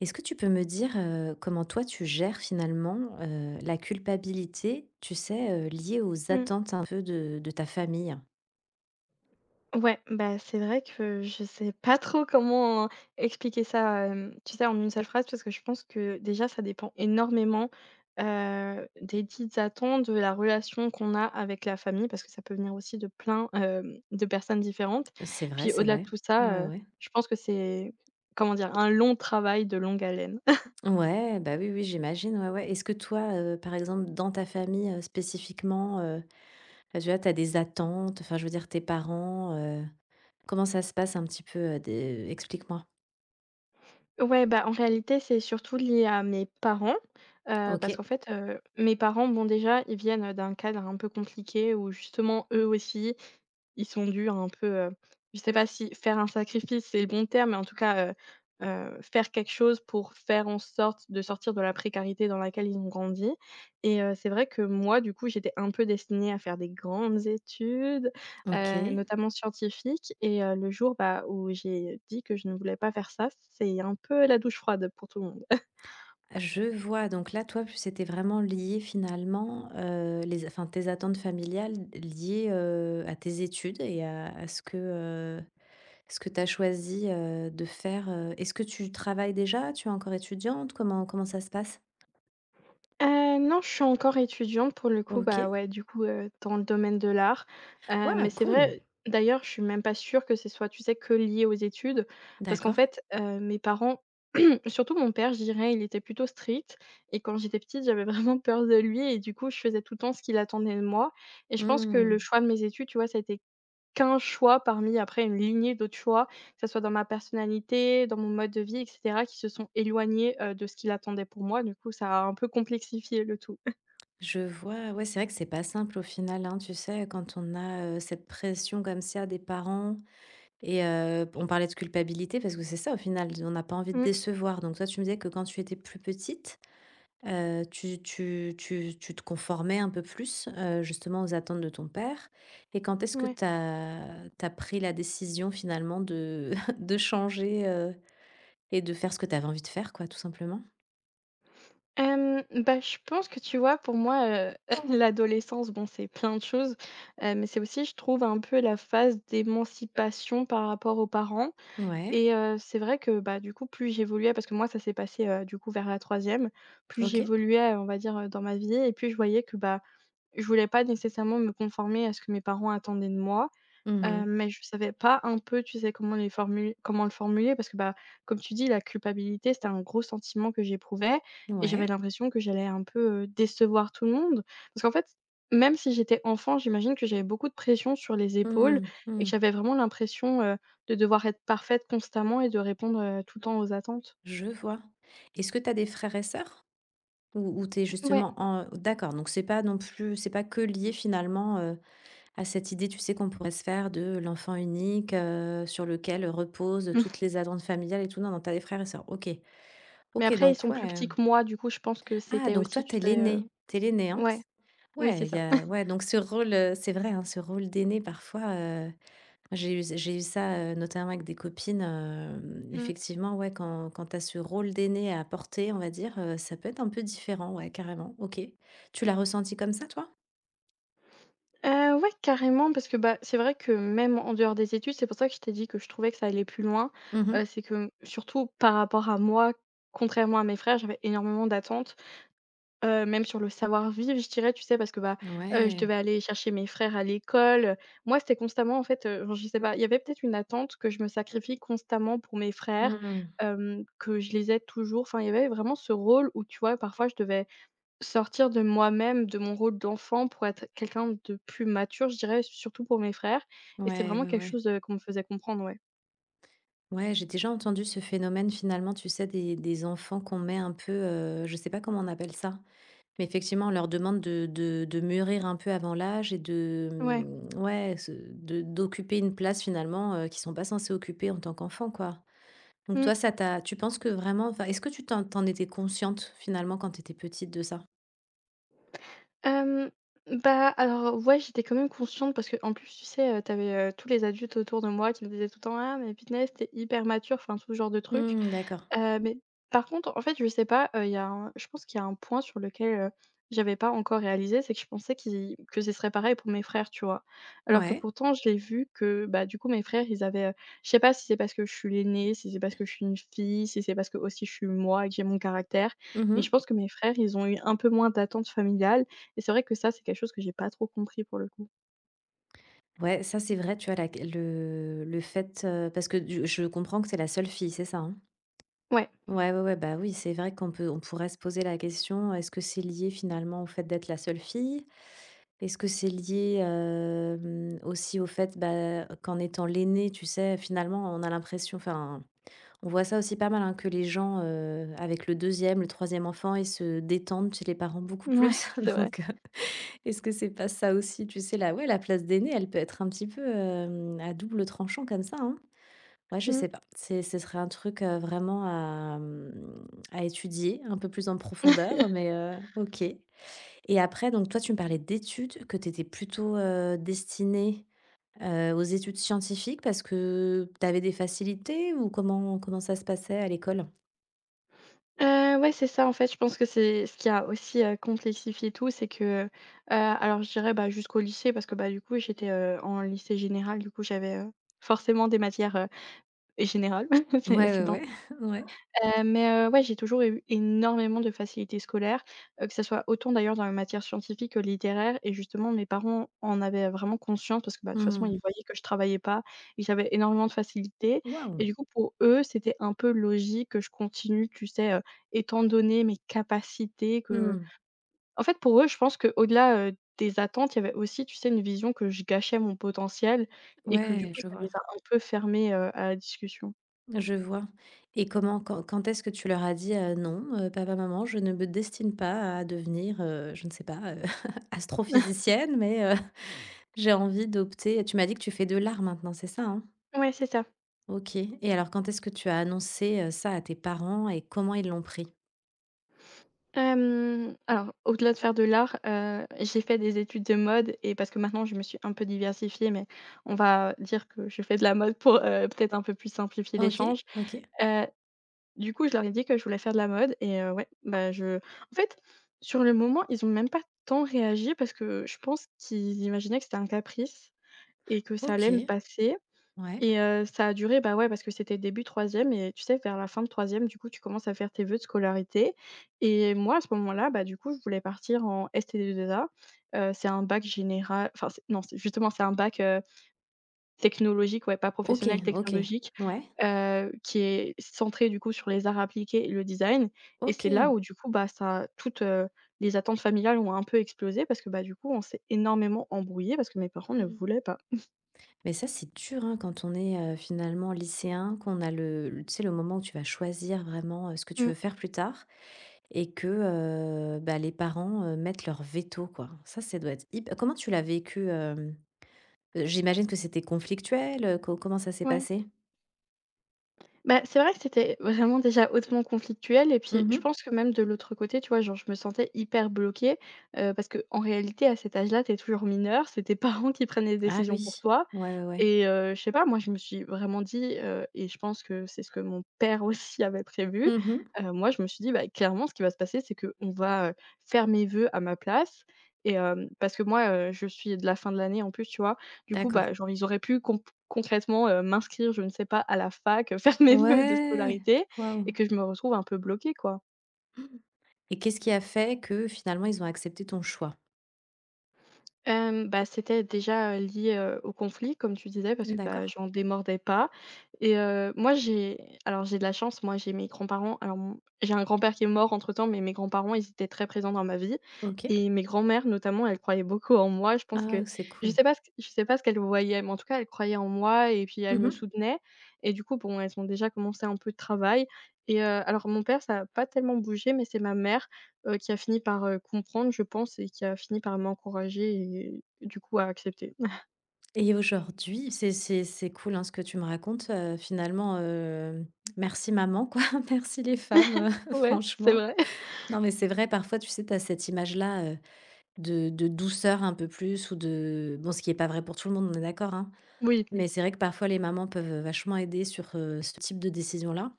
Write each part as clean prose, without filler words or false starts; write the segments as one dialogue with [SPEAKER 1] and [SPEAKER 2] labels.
[SPEAKER 1] Est-ce que tu peux me dire, comment toi tu gères finalement, la culpabilité, tu sais, liée aux
[SPEAKER 2] Mmh.
[SPEAKER 1] attentes un peu de ta famille?
[SPEAKER 2] Ouais, bah, c'est vrai que je sais pas trop comment expliquer ça, tu sais, en une seule phrase, parce que je pense que déjà ça dépend énormément, des dites attentes, de la relation qu'on a avec la famille, parce que ça peut venir aussi de plein, de personnes différentes.
[SPEAKER 1] C'est vrai,
[SPEAKER 2] Puis
[SPEAKER 1] c'est
[SPEAKER 2] au-delà
[SPEAKER 1] vrai.
[SPEAKER 2] de tout
[SPEAKER 1] Ouais,
[SPEAKER 2] ça,
[SPEAKER 1] ouais.
[SPEAKER 2] je pense que c'est, comment dire? Un long travail de longue haleine.
[SPEAKER 1] Ouais, bah, oui, oui, j'imagine, ouais, ouais. Est-ce que toi, par exemple, dans ta famille, spécifiquement, bah, tu vois, tu des attentes, enfin, je veux dire tes parents, comment ça se passe un petit peu, des explique-moi?
[SPEAKER 2] Ouais, bah, en réalité, c'est surtout lié à mes parents, parce
[SPEAKER 1] OK,
[SPEAKER 2] qu'en fait, mes parents, bon, déjà, ils viennent, d'un cadre un peu compliqué où justement, eux aussi, ils sont dû à un peu, je sais pas si faire un sacrifice, c'est le bon terme, mais en tout cas, faire quelque chose pour faire en sorte de sortir de la précarité dans laquelle ils ont grandi et c'est vrai que moi, du coup, j'étais un peu destinée à faire des grandes études,
[SPEAKER 1] OK.
[SPEAKER 2] notamment scientifique et le jour, bah, où j'ai dit que je ne voulais pas faire ça, c'est un peu la douche froide pour tout le monde.
[SPEAKER 1] Je vois, donc là, toi, c'était vraiment lié finalement, les enfin tes attentes familiales liées, à tes études et à ce que tu as choisi, de faire. Est-ce que tu travailles déjà? Tu es encore étudiante? Comment ça se passe?
[SPEAKER 2] Non, je suis encore étudiante pour le coup, bah,
[SPEAKER 1] OK.
[SPEAKER 2] ouais, du coup, dans le domaine de l'art,
[SPEAKER 1] Waouh,
[SPEAKER 2] mais c'est
[SPEAKER 1] cool!
[SPEAKER 2] vrai d'ailleurs, je suis même pas sûre que ce soit, tu sais, que lié aux études parce qu'en
[SPEAKER 1] D'accord.
[SPEAKER 2] fait, mes parents, surtout mon père, je dirais, il était plutôt strict et quand j'étais petite, j'avais vraiment peur de lui et du coup, je faisais tout le temps ce qu'il attendait de moi et je pense que le
[SPEAKER 1] Mmh.
[SPEAKER 2] choix de mes études, tu vois, ça a été qu'un choix parmi après une lignée d'autres choix, que ça soit dans ma personnalité, dans mon mode de vie et cetera, qui se sont éloignés, de ce qu'il attendait pour moi. Du coup, ça a un peu complexifié le tout.
[SPEAKER 1] Je vois, ouais, c'est vrai que c'est pas simple au final, hein, tu sais, quand on a, cette pression comme ça des parents. Et on parlait de culpabilité parce que c'est ça au final, on n'a pas envie de
[SPEAKER 2] Mmh,
[SPEAKER 1] décevoir. Donc toi, tu me disais que quand tu étais plus petite, tu te conformais un peu plus, justement aux attentes de ton père et quand est-ce que
[SPEAKER 2] ouais.
[SPEAKER 1] tu as pris la décision finalement de de changer, et de faire ce que tu avais envie de faire quoi, tout simplement?
[SPEAKER 2] Bah, je pense que, tu vois, pour moi, l'adolescence, bon, c'est plein de choses, mais c'est aussi, je trouve, un peu la phase d'émancipation par rapport aux parents
[SPEAKER 1] Ouais,
[SPEAKER 2] et c'est vrai que, bah, du coup, plus j'évoluais parce que moi, ça s'est passé, du coup, vers la troisième, plus
[SPEAKER 1] OK.
[SPEAKER 2] j'évoluais, on va dire, dans ma vie et plus je voyais que, bah, je voulais pas nécessairement me conformer à ce que mes parents attendaient de moi,
[SPEAKER 1] Mmh.
[SPEAKER 2] mais je savais pas un peu, tu sais, comment les formuler comment le formuler parce que, bah, comme tu dis, la culpabilité, c'était un gros sentiment que j'éprouvais et j'avais
[SPEAKER 1] Ouais.
[SPEAKER 2] l'impression que j'allais un peu, décevoir tout le monde. Parce qu'en fait, même si j'étais enfant, j'imagine que j'avais beaucoup de pression sur les
[SPEAKER 1] Mmh
[SPEAKER 2] épaules
[SPEAKER 1] mh.
[SPEAKER 2] et que
[SPEAKER 1] Mmh.
[SPEAKER 2] j'avais vraiment l'impression, de devoir être parfaite constamment et de répondre, tout le temps aux attentes.
[SPEAKER 1] Je vois. Est-ce que tu as des frères et sœurs? Ou où tu
[SPEAKER 2] Ouais,
[SPEAKER 1] justement en d'accord, donc c'est pas non plus c'est pas que lié finalement, à cette idée, tu sais, qu'on pourrait se faire de l'enfant unique, sur lequel reposent toutes les attentes familiales et tout. Non, non, tu des frères et sœurs. OK.
[SPEAKER 2] mais
[SPEAKER 1] OK,
[SPEAKER 2] après ils
[SPEAKER 1] donc
[SPEAKER 2] sont plus
[SPEAKER 1] ouais.
[SPEAKER 2] petits que moi, du coup je pense que
[SPEAKER 1] Ah,
[SPEAKER 2] c'était
[SPEAKER 1] donc toi,
[SPEAKER 2] aussi, tu
[SPEAKER 1] t'es
[SPEAKER 2] sais,
[SPEAKER 1] l'aîné. T'es l'aîné, hein?
[SPEAKER 2] ouais, oui
[SPEAKER 1] Ouais,
[SPEAKER 2] c'est
[SPEAKER 1] il y
[SPEAKER 2] ça.
[SPEAKER 1] a ouais, donc ce rôle, c'est vrai, hein, ce rôle d'aîné parfois, euh, j'ai eu ça, notamment avec des copines,
[SPEAKER 2] Mmh.
[SPEAKER 1] effectivement, ouais, quand tu as ce rôle d'aîné à porter, on va dire, ça peut être un peu différent, ouais, carrément, OK. Tu l'as ressenti comme ça, toi?
[SPEAKER 2] Ouais, carrément, parce que, bah, c'est vrai que même en dehors des études, c'est pour ça que je t'ai dit que je trouvais que ça allait plus loin,
[SPEAKER 1] Mmh.
[SPEAKER 2] c'est que surtout par rapport à moi, contrairement à mes frères, j'avais énormément d'attentes, même sur le savoir-vivre, je dirais, tu sais? Parce que, bah, je
[SPEAKER 1] Ouais.
[SPEAKER 2] devais aller chercher mes frères à l'école, moi, c'était constamment, en fait, genre, je sais pas, il y avait peut-être une attente que je me sacrifie constamment pour mes frères,
[SPEAKER 1] Mmh.
[SPEAKER 2] que je les aide toujours. Enfin, il y avait vraiment ce rôle où, tu vois, parfois, je devais sortir de moi-même, de mon rôle d'enfant pour être quelqu'un de plus mature, je dirais, surtout pour mes frères et c'était
[SPEAKER 1] Ouais,
[SPEAKER 2] vraiment
[SPEAKER 1] ouais,
[SPEAKER 2] quelque
[SPEAKER 1] ouais.
[SPEAKER 2] chose, qu'on me faisait comprendre, ouais.
[SPEAKER 1] Ouais, j'ai déjà entendu ce phénomène finalement, tu sais, des enfants qu'on met un peu, je sais pas comment on appelle ça, mais effectivement, on leur demande de mûrir un peu avant l'âge et de,
[SPEAKER 2] Ouais.
[SPEAKER 1] mmh, ouais, se de d'occuper une place finalement, qu'ils sont pas censés occuper en tant qu'enfants, quoi. Donc
[SPEAKER 2] Mmh.
[SPEAKER 1] toi, ça t'a tu penses que vraiment enfin, est-ce que tu t'en tu étais consciente finalement quand tu étais petite de ça?
[SPEAKER 2] Hem, Bah, alors ouais, j'étais quand même consciente parce que en plus, tu sais, tu avais, tous les adultes autour de moi qui me disaient tout le temps: «Ah mais Pidney, tu hyper mature», enfin tout ce genre de trucs.
[SPEAKER 1] Mmh, d'accord.
[SPEAKER 2] Mais par contre, en fait, je sais pas, il y a un je pense qu'il y a un point sur lequel, j'avais pas encore réalisé, c'est que je pensais qu'ils que ce serait pareil pour mes frères, tu vois? Alors que
[SPEAKER 1] Ouais.
[SPEAKER 2] pourtant j'ai vu que, bah, du coup mes frères ils avaient, je sais pas si c'est parce que je suis l'aînée, si c'est parce que je suis une fille, si c'est parce que aussi je suis moi et que j'ai mon caractère, mais
[SPEAKER 1] Mmh.
[SPEAKER 2] je pense que mes frères, ils ont eu un peu moins d'attentes familiales et c'est vrai que ça, c'est quelque chose que j'ai pas trop compris pour le coup.
[SPEAKER 1] Ouais, ça c'est vrai, tu vois la le fait, parce que du je comprends que c'est la seule fille, c'est ça, hein?
[SPEAKER 2] Ouais,
[SPEAKER 1] Ouais, ouais, ouais, bah, oui, c'est vrai qu'on peut on pourrait se poser la question, est-ce que c'est lié finalement au fait d'être la seule fille? Est-ce que c'est lié, aussi au fait, bah, qu'en étant l'aînée, tu sais, finalement, on a l'impression enfin, on voit ça aussi pas mal, hein, que les gens, avec le deuxième, le troisième enfant, ils se détendent chez les parents beaucoup
[SPEAKER 2] ouais,
[SPEAKER 1] plus.
[SPEAKER 2] c'est vrai.
[SPEAKER 1] Donc, est-ce que c'est pas ça aussi? Tu sais, la ouais, la place d'aîné, elle peut être un petit peu, à double tranchant comme ça, hein? Ouais, je
[SPEAKER 2] Mmh.
[SPEAKER 1] sais pas. C'est ce serait un truc, vraiment à, mmh, à étudier un peu plus en profondeur, mais, OK. Et après, donc toi, tu me parlais d'études, que tu étais plutôt, destinée, aux études scientifiques parce que tu avais des facilités ou comment ça se passait à l'école?
[SPEAKER 2] Ouais, c'est ça, en fait, je pense que c'est ce qui a aussi, complexifié tout, c'est que, alors je dirais, bah, jusqu'au lycée parce que, bah, du coup, j'étais, en lycée général, du coup, j'avais, forcément des matières, générales. C'est
[SPEAKER 1] Ouais,
[SPEAKER 2] c'est
[SPEAKER 1] ouais, ouais. Ouais.
[SPEAKER 2] Mais ouais, j'ai toujours eu énormément de facilité scolaire, que ça soit autant d'ailleurs dans les matières scientifiques que littéraires et justement mes parents en avaient vraiment conscience parce que, bah, de toute façon,
[SPEAKER 1] Mmh.
[SPEAKER 2] ils voyaient que je travaillais pas et que j'avais énormément de facilité
[SPEAKER 1] Waouh!
[SPEAKER 2] et du coup, pour eux, c'était un peu logique que je continue, tu sais, étant donné mes capacités que
[SPEAKER 1] Mmh.
[SPEAKER 2] en fait, pour eux, je pense qu'au-delà, des attentes, il y avait aussi, tu sais, une vision que je gâchais mon potentiel et que du
[SPEAKER 1] Ouais,
[SPEAKER 2] coup, ça les a un peu fermés, à la discussion.
[SPEAKER 1] je vois et comment, quand est-ce que tu leur as dit, «Non, papa, maman, je ne me destine pas à devenir, je ne sais pas, astrophysicienne, mais j'ai envie d'opter» tu m'as dit que tu fais de l'art maintenant, c'est ça, hein?
[SPEAKER 2] Ouais, c'est ça.
[SPEAKER 1] OK et alors quand est-ce que tu as annoncé, ça à tes parents et comment ils l'ont pris?
[SPEAKER 2] Alors au-delà de faire de l'art, j'ai fait des études de mode et parce que maintenant je me suis un peu diversifiée, mais on va dire que je fais de la mode pour, peut-être un peu plus simplifier
[SPEAKER 1] OK,
[SPEAKER 2] l'échange.
[SPEAKER 1] OK,
[SPEAKER 2] Heu, du coup, je leur ai dit que je voulais faire de la mode et ouais, bah, je en fait, sur le moment, ils ont même pas tant réagi parce que je pense qu'ils imaginaient que c'était un caprice et que ça allait me
[SPEAKER 1] OK,
[SPEAKER 2] passer.
[SPEAKER 1] ouais,
[SPEAKER 2] Et ça a duré, bah, ouais, parce que c'était début troisième et tu sais, vers la fin de troisième du coup, tu commences à faire tes vœux de scolarité et moi, à ce moment-là, bah, du coup, je voulais partir en STD2A. C'est un bac général enfin, c'est non, c'est justement, c'est un bac, technologique, ouais, pas
[SPEAKER 1] OK,
[SPEAKER 2] professionnel,
[SPEAKER 1] OK,
[SPEAKER 2] technologique,
[SPEAKER 1] ouais,
[SPEAKER 2] qui est centré, du coup, sur les arts appliqués et le design et c'est
[SPEAKER 1] OK.
[SPEAKER 2] là où, du coup, bah, ça toutes, les attentes familiales ont un peu explosé parce que, bah, du coup, on s'est énormément embrouillé parce que mes parents ne voulaient pas.
[SPEAKER 1] Mais ça, c'est dur, hein, quand on est, finalement lycéen, qu'on a le tu sais, le moment où tu vas choisir vraiment, ce que tu
[SPEAKER 2] Mmh,
[SPEAKER 1] veux faire plus tard et que, bah, les parents, mettent leur veto, quoi. Ça doit être hyp comment tu l'as vécu, hem? J'imagine que c'était conflictuel, co comment ça s'est
[SPEAKER 2] ouais.
[SPEAKER 1] passé?
[SPEAKER 2] Bah, c'est vrai que c'était vraiment déjà hautement conflictuel et puis je
[SPEAKER 1] Mmh.
[SPEAKER 2] pense que même de l'autre côté, tu vois, genre, je me sentais hyper bloquée, parce que en réalité, à cet âge-là, t'es toujours mineur c'est tes parents qui prennent les
[SPEAKER 1] Ah
[SPEAKER 2] décisions pour
[SPEAKER 1] oui.
[SPEAKER 2] toi
[SPEAKER 1] Ouais, ouais, ouais.
[SPEAKER 2] et je sais pas, moi, je me suis vraiment dit, et je pense que c'est ce que mon père aussi avait prévu,
[SPEAKER 1] Mmh.
[SPEAKER 2] moi, je me suis dit: «Bah, clairement, ce qui va se passer, c'est que on va, faire mes vœux à ma place» et parce que moi, je suis de la fin de l'année en plus, tu vois? Du coup,
[SPEAKER 1] D'accord.
[SPEAKER 2] bah, genre, ils auraient pu comp concrètement, m'inscrire, je ne sais pas, à la fac, faire mes vœux de
[SPEAKER 1] Ouais!
[SPEAKER 2] scolarité
[SPEAKER 1] Waouh!
[SPEAKER 2] et que je me retrouve un peu bloquée, quoi.
[SPEAKER 1] Et qu'est-ce qui a fait que, finalement, ils ont accepté ton choix?
[SPEAKER 2] Bah, c'était déjà, lié, au conflit comme tu disais parce que, bah,
[SPEAKER 1] D'accord.
[SPEAKER 2] j'en démordais pas et moi j'ai alors j'ai de la chance, moi j'ai mes grands-parents alors mon j'ai un grand-père qui est mort entre-temps, mais mes grands-parents ils étaient très présents dans ma vie
[SPEAKER 1] OK.
[SPEAKER 2] et mes grands-mères notamment, elles croyaient beaucoup en moi. Je pense
[SPEAKER 1] Ah,
[SPEAKER 2] que
[SPEAKER 1] c'est cool.
[SPEAKER 2] je sais pas ce qu'elles voyaient, mais en tout cas elles croyaient en moi et puis elles me
[SPEAKER 1] Mmh.
[SPEAKER 2] soutenaient et du coup, bon, elles ont déjà commencé un peu de travail et alors mon père ça a pas tellement bougé, mais c'est ma mère qui a fini par, comprendre, je pense et qui a fini par m'encourager et du coup à accepter.
[SPEAKER 1] Et aujourd'hui, c'est cool, hein, ce que tu me racontes, finalement, merci maman quoi, merci les femmes,
[SPEAKER 2] Ouais, c'est
[SPEAKER 1] franchement.
[SPEAKER 2] vrai.
[SPEAKER 1] Non, mais c'est vrai parfois, tu sais, tu as cette image-là, de douceur un peu plus ou de bon, ce qui est pas vrai pour tout le monde, on est d'accord, hein,
[SPEAKER 2] Oui.
[SPEAKER 1] mmh. Mais c'est vrai que parfois les mamans peuvent, vachement aider sur, ce type de décision-là.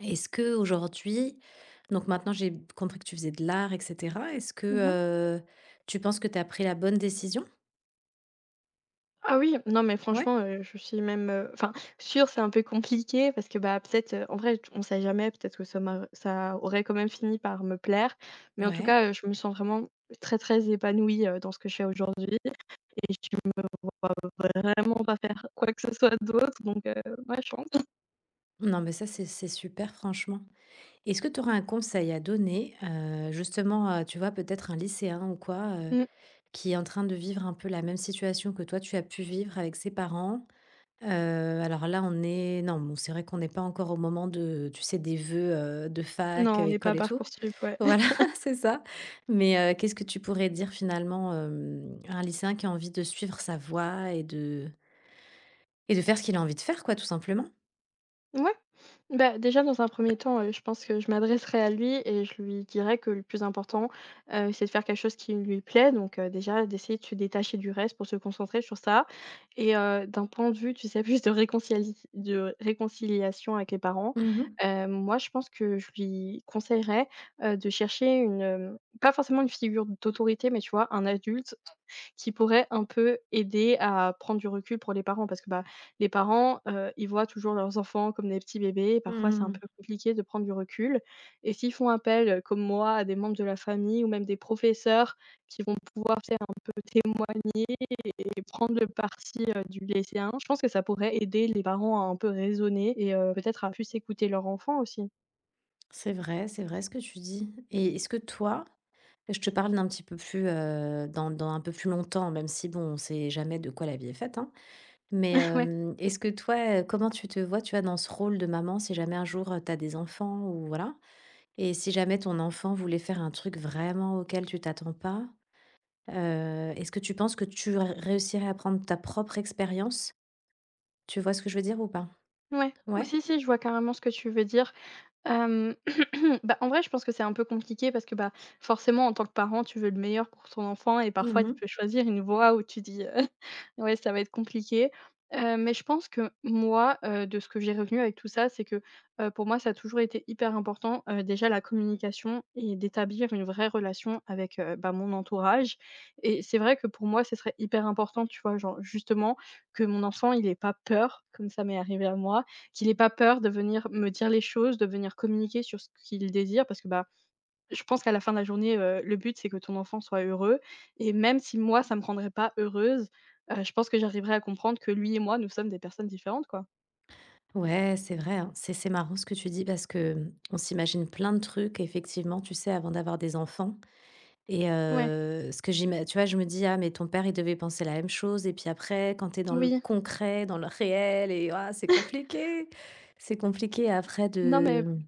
[SPEAKER 1] Est-ce que aujourd'hui, donc maintenant j'ai compris que tu faisais de l'art et cetera. Est-ce que,
[SPEAKER 2] Mmh.
[SPEAKER 1] heu, tu penses que tu as pris la bonne décision?
[SPEAKER 2] Ah oui, non mais
[SPEAKER 1] Ouais.
[SPEAKER 2] franchement, je suis même, enfin sûre, c'est un peu compliqué parce que, bah, peut-être, en vrai t on sait jamais, peut-être que ça aurait quand même fini par me plaire. Mais en tout
[SPEAKER 1] Ouais.
[SPEAKER 2] cas, je me sens vraiment très, très épanouie, dans ce que je fais aujourd'hui et je me vois vraiment pas faire quoi que ce soit d'autre, donc ouais, je pense.
[SPEAKER 1] Non, mais ça, c'est super, franchement. Est-ce que tu aurais un conseil à donner, justement, tu vois, peut-être un lycéen ou quoi,
[SPEAKER 2] Mmh.
[SPEAKER 1] qui est en train de vivre un peu la même situation que toi, tu as pu vivre avec ses parents? Heu, alors là, on est non, bon, c'est vrai qu'on n'est pas encore au moment de tu sais, des vœux, de fac,
[SPEAKER 2] Non, on n'est pas
[SPEAKER 1] école
[SPEAKER 2] à
[SPEAKER 1] et tout.
[SPEAKER 2] Parcoursup, ouais.
[SPEAKER 1] Voilà, c'est ça. Mais, qu'est-ce que tu pourrais dire finalement, à un lycéen qui a envie de suivre sa voie et de faire ce qu'il a envie de faire, quoi, tout simplement?
[SPEAKER 2] Ouais. Bah, déjà, dans un premier temps, je pense que je m'adresserai à lui et je lui dirai que le plus important, c'est de faire quelque chose qui lui plaît, donc déjà d'essayer de se détacher du reste pour se concentrer sur ça et d'un point de vue, tu sais, plus de réconciali de réconciliation avec les parents.
[SPEAKER 1] Mmh mh.
[SPEAKER 2] Moi, je pense que je lui conseillerais de chercher une, pas forcément une figure d'autorité, mais, tu vois, un adulte qui pourrait un peu aider à prendre du recul pour les parents, parce que, bah, les parents, ils voient toujours leurs enfants comme des petits bébés et parfois c'est un
[SPEAKER 1] Mmh.
[SPEAKER 2] peu compliqué de prendre du recul. Et s'ils font appel, comme moi, à des membres de la famille ou même des professeurs qui vont pouvoir faire un peu témoigner et prendre le parti du lycéen, je pense que ça pourrait aider les parents à un peu raisonner et peut-être à plus écouter leur enfant aussi.
[SPEAKER 1] C'est vrai ce que tu dis et est-ce que toi je te parle d'un petit peu plus, dans dans un peu plus longtemps, même si bon, on sait jamais de quoi la vie est faite, hein. Mais, est-ce que toi, comment tu te vois, tu vois, dans ce rôle de maman si jamais un jour, tu as des enfants ou voilà? Et si jamais ton enfant voulait faire un truc vraiment auquel tu t'attends pas, heu, est-ce que tu penses que tu r réussirais à prendre ta propre expérience? Tu vois ce que je veux dire ou pas?
[SPEAKER 2] Ouais, ouais.
[SPEAKER 1] Ouais?
[SPEAKER 2] Si, si, je vois carrément ce que tu veux dire. Hem, bah, en vrai, je pense que c'est un peu compliqué parce que, bah, forcément, en tant que parent, tu veux le meilleur pour ton enfant et parfois, il
[SPEAKER 1] Mmh.
[SPEAKER 2] peut choisir une voie où tu dis, «Ouais, ça va être compliqué». Mais je pense que moi, de ce que j'ai retenu avec tout ça, c'est que, pour moi, ça a toujours été hyper important, déjà la communication et d'établir une vraie relation avec, bah, mon entourage. Et c'est vrai que pour moi, ce serait hyper important, tu vois? Genre, justement, que mon enfant, il n'ait pas peur, comme ça m'est arrivé à moi, qu'il ait pas peur de venir me dire les choses, de venir communiquer sur ce qu'il désire, parce que, bah, je pense qu'à la fin de la journée, le but c'est que ton enfant soit heureux et même si moi ça me rendrait pas heureuse, je pense que j'arriverai à comprendre que lui et moi, nous sommes des personnes différentes, quoi.
[SPEAKER 1] Ouais, c'est vrai, hein. C'est marrant ce que tu dis parce que, mmh, on s'imagine plein de trucs effectivement, tu sais, avant d'avoir des enfants et
[SPEAKER 2] Ouais,
[SPEAKER 1] ce que j'ima tu vois, je me dis: «Ah mais ton père, il devait penser la même chose» et puis après quand tu es dans le
[SPEAKER 2] oui.
[SPEAKER 1] concret, dans le réel et ah, c'est compliqué! C'est compliqué après
[SPEAKER 2] Non mais
[SPEAKER 1] de,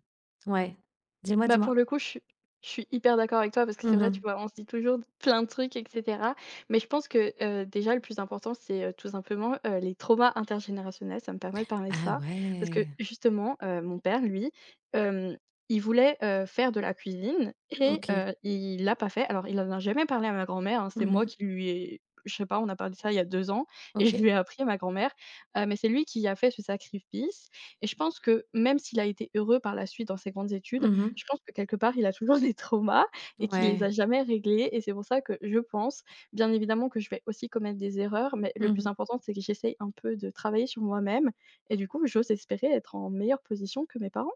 [SPEAKER 1] mmh ouais. Dis-moi,
[SPEAKER 2] bah,
[SPEAKER 1] dis-moi.
[SPEAKER 2] pour le coup, je suis hyper d'accord avec toi, parce que c'est
[SPEAKER 1] Mmh
[SPEAKER 2] vrai, tu
[SPEAKER 1] mh.
[SPEAKER 2] vois, on se dit toujours plein de trucs et cetera. Mais je pense que, déjà le plus important, c'est, tout simplement, les traumas intergénérationnels. Ça me permet de parler de
[SPEAKER 1] Ah
[SPEAKER 2] ça, parce
[SPEAKER 1] ouais!
[SPEAKER 2] que justement, mon père, lui, hem, il voulait, faire de la cuisine et
[SPEAKER 1] OK.
[SPEAKER 2] il l'a pas fait. Alors il en a jamais parlé à ma grand-mère, hein,
[SPEAKER 1] Mmh
[SPEAKER 2] c'est moi
[SPEAKER 1] mh.
[SPEAKER 2] qui lui ai je sais pas, on a parlé de ça il y a 2 ans et je
[SPEAKER 1] OK.
[SPEAKER 2] lui ai appris à ma grand-mère. Mais c'est lui qui a fait ce sacrifice et je pense que même s'il a été heureux par la suite dans ses grandes
[SPEAKER 1] Mmh
[SPEAKER 2] études,
[SPEAKER 1] mh.
[SPEAKER 2] je pense que quelque part, il a toujours des traumas et qu'il les
[SPEAKER 1] Ouais.
[SPEAKER 2] a jamais réglés et c'est pour ça que je pense, bien évidemment, que je vais aussi commettre des erreurs, mais le
[SPEAKER 1] Mmh
[SPEAKER 2] plus
[SPEAKER 1] mh.
[SPEAKER 2] important, c'est que j'essaye un peu de travailler sur moi-même et du coup, j'ose espérer être en meilleure position que mes parents.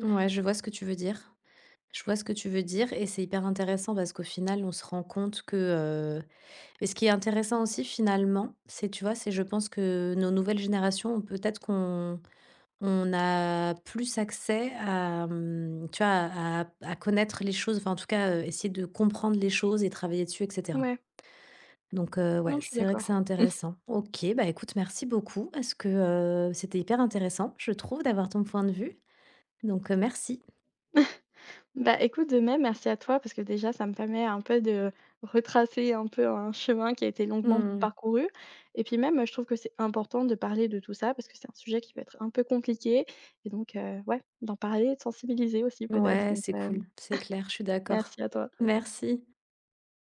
[SPEAKER 1] Ouais, je vois ce que tu veux dire. Je vois ce que tu veux dire et c'est hyper intéressant parce qu'au final, on se rend compte que, heu et ce qui est intéressant aussi finalement, c'est tu vois, c'est je pense que nos nouvelles générations ont peut-être qu'on on a plus accès à, mmh, tu vois, à connaître les choses, enfin en tout cas, essayer de comprendre les choses et travailler dessus et cetera.
[SPEAKER 2] Ouais,
[SPEAKER 1] Donc ouais,
[SPEAKER 2] non, je suis
[SPEAKER 1] c'est vrai que c'est
[SPEAKER 2] d'accord.
[SPEAKER 1] intéressant. OK, bah, écoute, merci beaucoup parce que, c'était hyper intéressant, je trouve, d'avoir ton point de vue. Donc merci.
[SPEAKER 2] Bah, écoute, de même, merci à toi, parce que déjà, ça me permet un peu de retracer un peu un chemin qui a été longuement
[SPEAKER 1] Mmh.
[SPEAKER 2] parcouru et puis même, je trouve que c'est important de parler de tout ça parce que c'est un sujet qui peut être un peu compliqué et donc ouais, d'en parler et de sensibiliser aussi peut-être,
[SPEAKER 1] Ouais,
[SPEAKER 2] donc
[SPEAKER 1] c'est
[SPEAKER 2] heu,
[SPEAKER 1] cool, c'est clair, je suis d'accord.
[SPEAKER 2] merci à toi.
[SPEAKER 1] Merci.